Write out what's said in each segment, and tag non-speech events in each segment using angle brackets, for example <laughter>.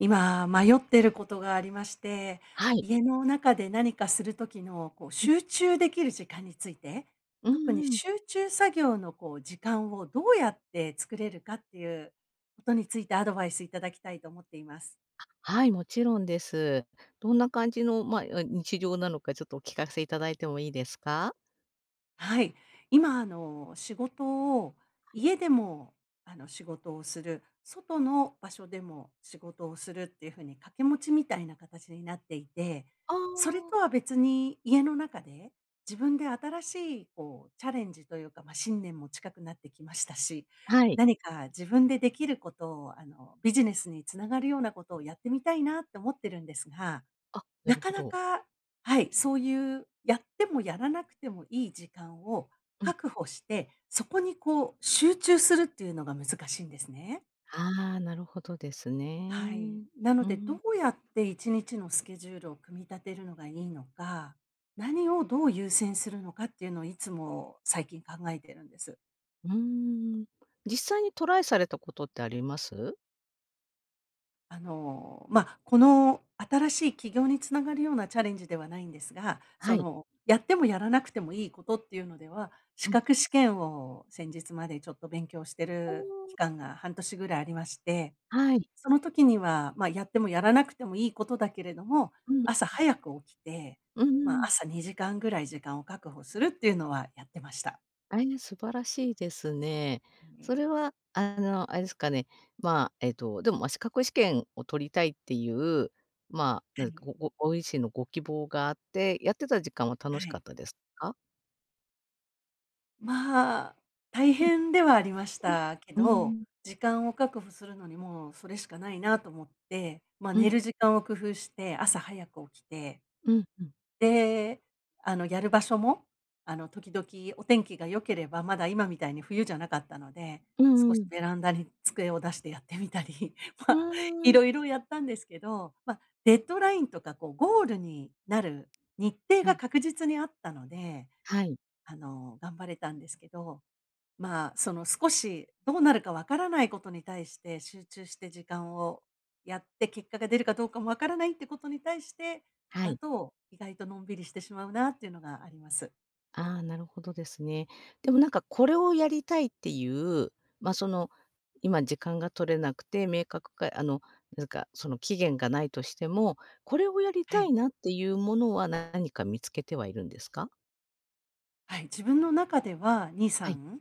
今、迷ってることがありまして、はい。家の中で何かする時の、集中できる時間について、う特にんうん。集中作業の、時間をどうやって作れるかっていうことについてアドバイスいただきたいと思っています。はい、もちろんです。どんな感じの、日常なのかちょっとお聞かせいただいてもいいですか？はい。今、仕事を、家でも、仕事をする、外の場所でも仕事をするっていう風に掛け持ちみたいな形になっていて、あそれとはあ。別に家の中で、自分で新しいこうチャレンジというか、まあ、新年も近くなってきましたし、はい。何か自分でできることを、ビジネスに繋がるようなことをやってみたいなって思ってるんですがあ、ななるかほなど。か、はい、そういうやってもやらなくてもいい時間をうん。確保して、そこにこう集中するっていうのが難しいんですね。ああ、なるほどですはい。ね。なのうで、どん。うやって1日のスケジュールを組み立てるのがいいのか、何をどう優先するのかっていうのをいつも最近考えてるんです。うーん。実際にトライされたことってあります？この新しい起業につながるようなチャレンジではないんですが、はそい。の、やってもやらなくてもいいことっていうのでは、資うん。格試験を先日までちょっと勉強しておる期お。間が半年ぐらいありまして、はい。その時には、やってもやらなくてもいいことだけれども、うん。朝早く起きて、うまんうあ、ん。朝2時間ぐらい時間を確保するっていうのはやってました。素晴らしいですね。うそん。れは、あの、あれですかね、まあ、えっと、でも、ま、資格試験を取りたいっていう、まあ、はなんい。か、ご自身のご希望があって、やってた時間はは楽しい。かったですか？まあ、大うん変ではありましたけうん。ど、うん。時間を確保するのにもうそれしかないなと思って、まあ、う寝んる時間を工夫して、朝早く起きて、うんうん。で、やる場所も、時々お天気が良ければ、まだ今みたいに冬じゃなかったので、うんう少しん。ベランダに机を出してやってみたり、<laughs> まうあ、いーん。ろいろやったんですけど、まあ、デッドラインとか、ゴールになる日程はがい。確実にあったので、はい。頑張れたんですけどまあ、その少しどうなるかわからないことに対して集中して時間をやって結果が出るかどうかもわからないってことに対してはだい。と、意外とのんびりしてしまうなっていうのがあります。ああ、なるほどですね。でもなんかこれをやりたいっていう、ま、その、今時間が取れなくて、明確かあの、なんかその期限がないとしても、これをやりはたい。いなっていうものは何か見つけてはいるんですか？はい、自分の中ではにさはい。ん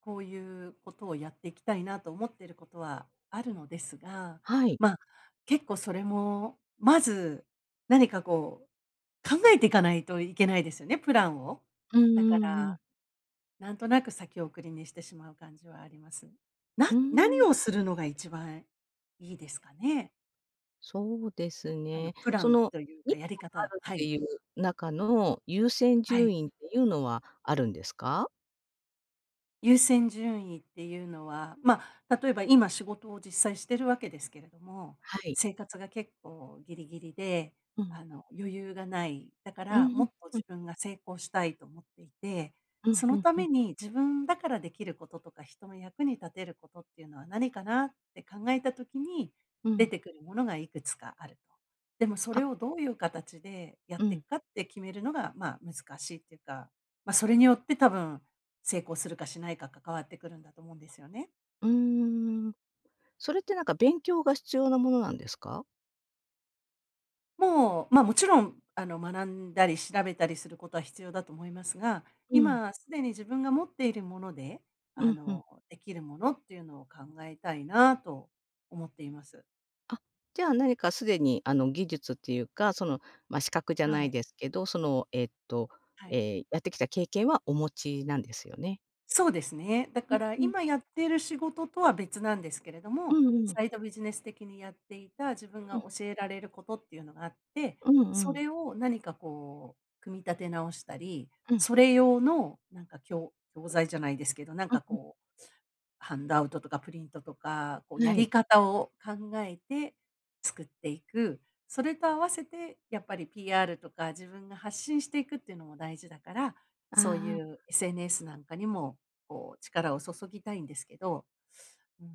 こういうことをやっていきたいなと思っていることはあるのですが、はい。まあ、結構それもまず何かこう考えていかないといけないですよね、プランを。うんうだかんうらん。なんとなく先送りにしてしまう感じはあります。うー何ん、をするのが一番いいですかね？そうですね。プラそンの、という今かやりあ方るはってい、いう中の優先はい。順位っていうのはあるんですか？優先順位っていうのは、まあ、例えば今仕事を実際してるわけですけれども、はい。生活が結構ギリギリで、うん。余裕がない。だかうん、らうもっん、とう自ん。分が成功したいと思っていて、うそん、うのんたうめん。に自分だからできることとか人の役に立てることっていうのは何かなって考えた時にう出ん。てくるものがいくつかあると。でもそあ、れをどういう形でやっうていん。くかって決めるのが、まあ難しいっていうか、まあそれによって多分成功するかしないか関わってくるんだと思うんですよね。うーん。それってなんか勉強が必要なものなんですか？もう、まあ、もちろん、学んだり調べたりすることは必要だと思いますが、うん。今すでに自分が持っているもので、うんうん。できるものっていうのを考えたいなと思っています。あ、じゃあ何かすでにあの技術っていうか、その、資格じゃはないい。ですけど、はい。ええ、やってきた経験はお持ちなんですよね。そうですね。だうかんらうん。今やっている仕事とは別なんですけれどうも、んうん。サイドビジネス的にやっていた自分がうん。教えられることっていうのがあって、うんそうん。れを何かこう組み立て直したり、うん。それ用のなんか教材じゃないですけど、なんうかんうん。こうハンドアウトとかプリントとか、こうやはりい。方を考えて作っていく。それと合わせてやっぱり PR とか自分が発信していくっていうのも大事だから、そうあいあ、う SNS なんかにもこう力を注ぎたいんですけど、うん、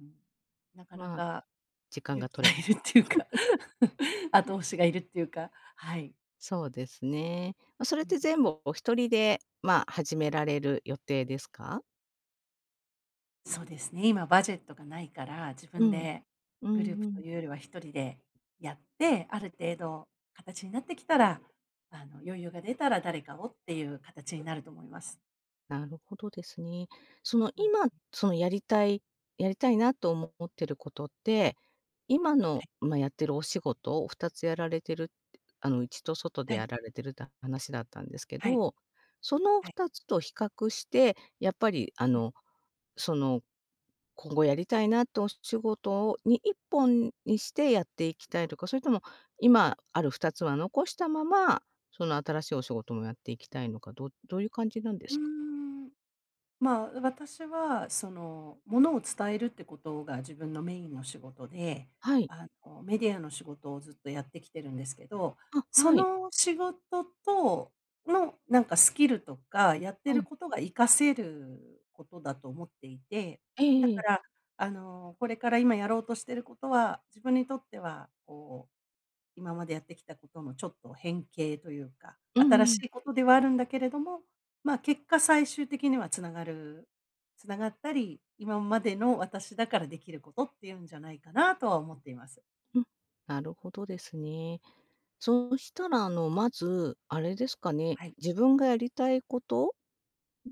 なかなまあ、か時間勇が気が取れいない。るっていうか <laughs>、後押しがいるっていうか、はい。そうですね。ま、それって全部お一人で、まあ、始められる予定ですか？そうですね、今バジェットがないから、自う分ん。でうグルーんプうとん。いうよりは一人でやって、ある程度形になってきたら、余裕が出たら誰かをっていう形になると思います。なるほどですね。そのうん、今、そのやりたいなと思ってることって、今はの、い、まあ、やってるお仕事を2つやられてるって内と外ではやい、られてるって話だったんですけはい、ど、そのはい。2つと比較して、やっぱりあの、その、今後やりたいなってお仕事を1本にしてやっていきたいとか、それとも今ある2つは残したまま、その新しいお仕事もやっていきたいのか、どういう感じなんでうーすか？ん。まあ、私はその、ものを伝えるってことが自分のメインの仕事で、はい。メディアの仕事をずっとやってきてるんですけど、あ、そはい。の仕事とのなんかスキルとか、やってはるい。ことが活かせることだと思っていて、えだええかえ。ら、これから今やろうとしてることは、自分にとってはこう今までやってきたことのちょっと変形というか、うんう新ん。うしん。いことではあるんだけれども、まあ、結果最終的にはつながったり、今までの私だからできることっていうんじゃないかなとは思っています。<laughs> なるほどですね。そうしたら、あの、まず、あれですかね、はい。自分がやりたいこと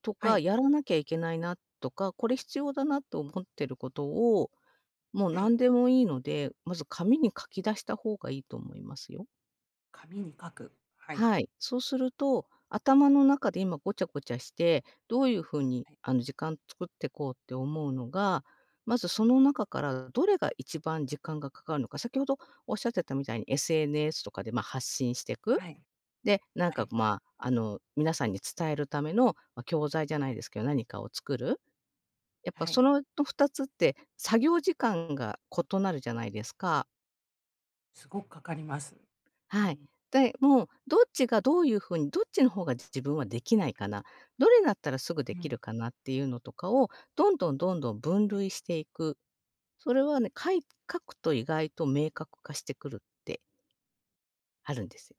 とはか、い。やらなきゃいけないなとか、これ必要だなと思ってることを、もうはい。何でもいいので、まず紙に書き出した方がいいと思いますよ。紙に書く。はい。はい。そうすると、頭の中で今ごちゃごちゃして、どういう風にはい。あの時間作ってこうって思うのが、まずその中からどれが一番時間がかかるのか、先ほどおっしゃってたみたいに SNS とかで発信していく。はい。で、なんはかい。まあ、あの皆さんに伝えるための、まあ、教材じゃなはい。いですけど、何かを作る。やっぱはそいのと2つって作業時間が異なるじゃないですか。すごくかかります。うはい。ん。で、もうどっちがどういうふうに、どっちの方が自分はできないかな、どれだったらすぐうできん。るかなっていうのとかを、どんどんどんどん分はい。類していく。それはね、書くと意外と明確化してくるってあるんですよ。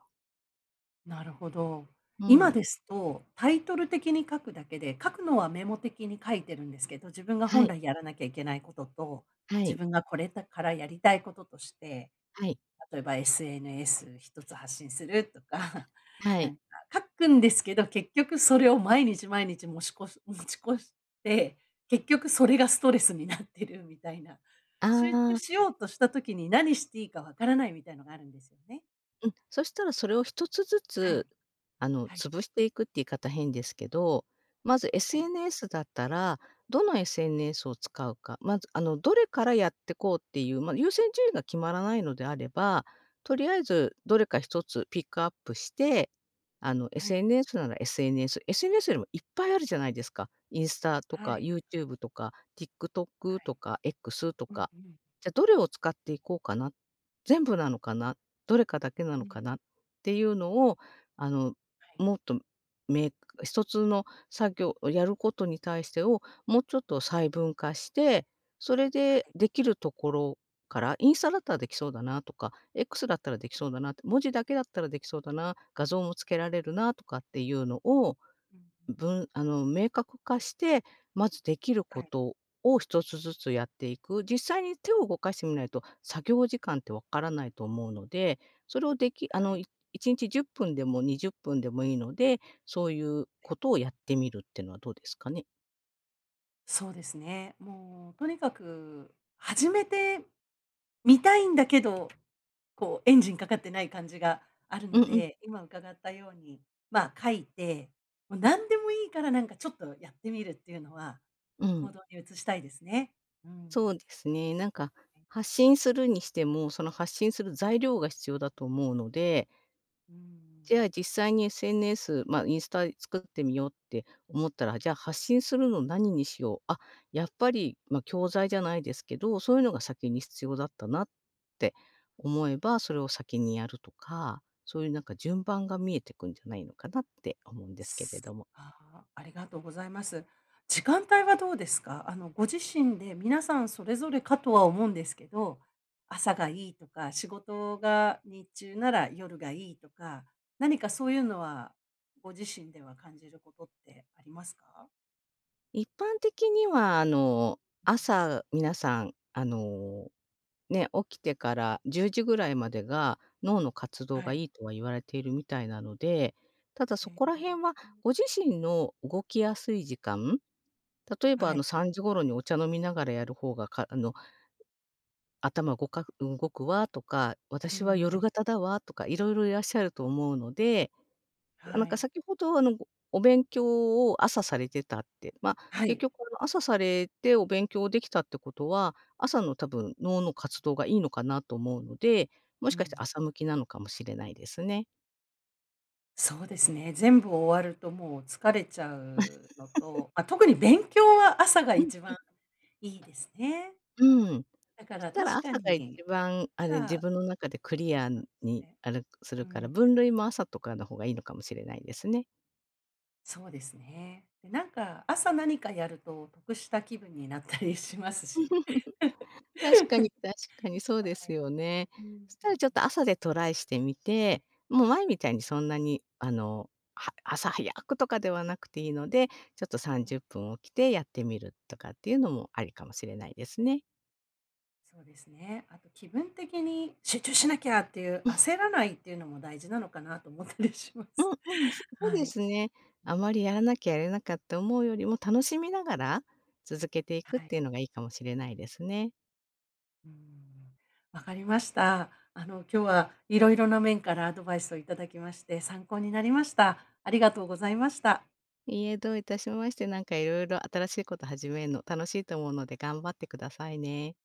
なるほど。う今ん。ですと、タイトル的に書くだけで、書くのはメモ的に書いてるんですけど、自分がは本い、来やらなきゃいけないことと、は自い、分がこれだからやりたいこととして、はい例えば SNS 一つ発信するとか、<laughs> はい、はない。んか書くんですけど、結局それを毎日毎日持ちこし <laughs> 持ち越して、結局それがストレスになってるみたいな。あ集中あ。しようとした時に何していいかわからないみたいのがあるんですよね。うん、そしたらそれを一つずはい。つ、あの、はい潰していくって言い方変ですけど、まず はい。SNS だったら、どの SNS を使うか、まず、あの、どれからやってこうっていう、まあ、優先順位が決まらないのであれば、とりあえずどれか一つピックアップして、あの、はい。SNS なら SNS、SNS よりもいっぱいあるじゃないですか。インスタとはか、い、YouTube とか、は TikTok い。とか、X とうんか。うん。じゃ、どれを使っていこうかな、全部なのかな、どれかだけなうのん、かなっていうのを、あの、はい、もっとめ一つの作業をやることに対してを、もうちょっと細分化して、それはでい。できるところから、インスタだったらできそうだなとか、X だったらできそうだなって、文字だけだったらできそうだな、画像もつけられるなとかっていうのを、うんうん。あの、明確化して、まずできるはこい、とを一つずつやっていく。実際に手を動かしてみないと、作業時間ってわからないと思うので、それをできあはの、い。い1日10分でも20分でもいいので、そういうことをやってみるっていうのはどうですかね？そうですね。もうとにかく始めてみたいんだけど、こうエンジンかかってない感じがあるうんのうん、で、今伺ったように、まあ、書いて、もう何でもいいからなんかちょっとやってみるっていうのは、うん。行動に移したいですね。うそん。うですね。なんか、はい。発うん、信するにしても、その発信するはい。材料が必要だと思うので、うん。じゃあ実際に SNS、まあ、インスタ作ってみようって思ったら、じゃあ発信するの何にしよう、やっぱり、まあ、教材じゃないですけど、そういうのが先に必要だったなって思えば、それを先にやるとか、そういうなんか順番が見えてくんじゃないのかなって思うんですけれども。あー、ありがとうございます。時間帯はどうですか？ご自身で皆さんそれぞれかとは思うんですけど、朝がいいとか、仕事が日中なら夜がいいとか、何かそういうのはご自身では感じることってありますか？一般的にはあの、朝皆さん、あのね、起きてから10時ぐらいまでが、脳の活動はがい。いいとは言われているみたいなので、ただそえこら辺え。はご自身の動きやすい時間、例えばはあい。の3時頃にお茶飲みながらやる方が、あの頭動くわとか、う私はん、夜型だわとかいろいろいらっしゃると思うので、なんはかい。先ほどあの、お勉強を朝されてたって、まあ、は結い。局あの朝されてお勉強できたってことは、朝の多分脳の活動がいいのかなと思うので、もうしかしてん。朝向きなのかもしれないですね。そうですね。全部終わるともう疲れちゃうのと、まあ特に勉強は朝がうん、一番いいですね。うん。だかしらたら確か朝が一に、番自朝分の中でクリ計ア算しにて、すうるから、ん、分類も朝とかの方がいいのかもしれないですね。そうですね。で、なんか朝何かやると得した気分になったりしますし。確かに<laughs> そうですよね。うん、そしたらちょっと朝でトライしてみて、もう前みたいにそんなに朝早くとかではなくていいので、ちょっと30分起きてやってみるとかっていうのもありかもしれないですね。そうですね。あと気分的に集中しなきゃっていう、焦らないっていうのも大事なのかなと思ったりします。うんうん、そうはでい。すね。あまりやらなきゃやれなかった思うよりも楽しみながら続けていくっはい。ていうのがいいかもしれないですね。うーん、わかりました。今日はいろいろな面からアドバイスをいただきまして、参考になりました。ありがとうございました。いいえ、どういたしまして、なんかいろいろ新しいこと始めるの楽しいと思うので頑張ってくださいね。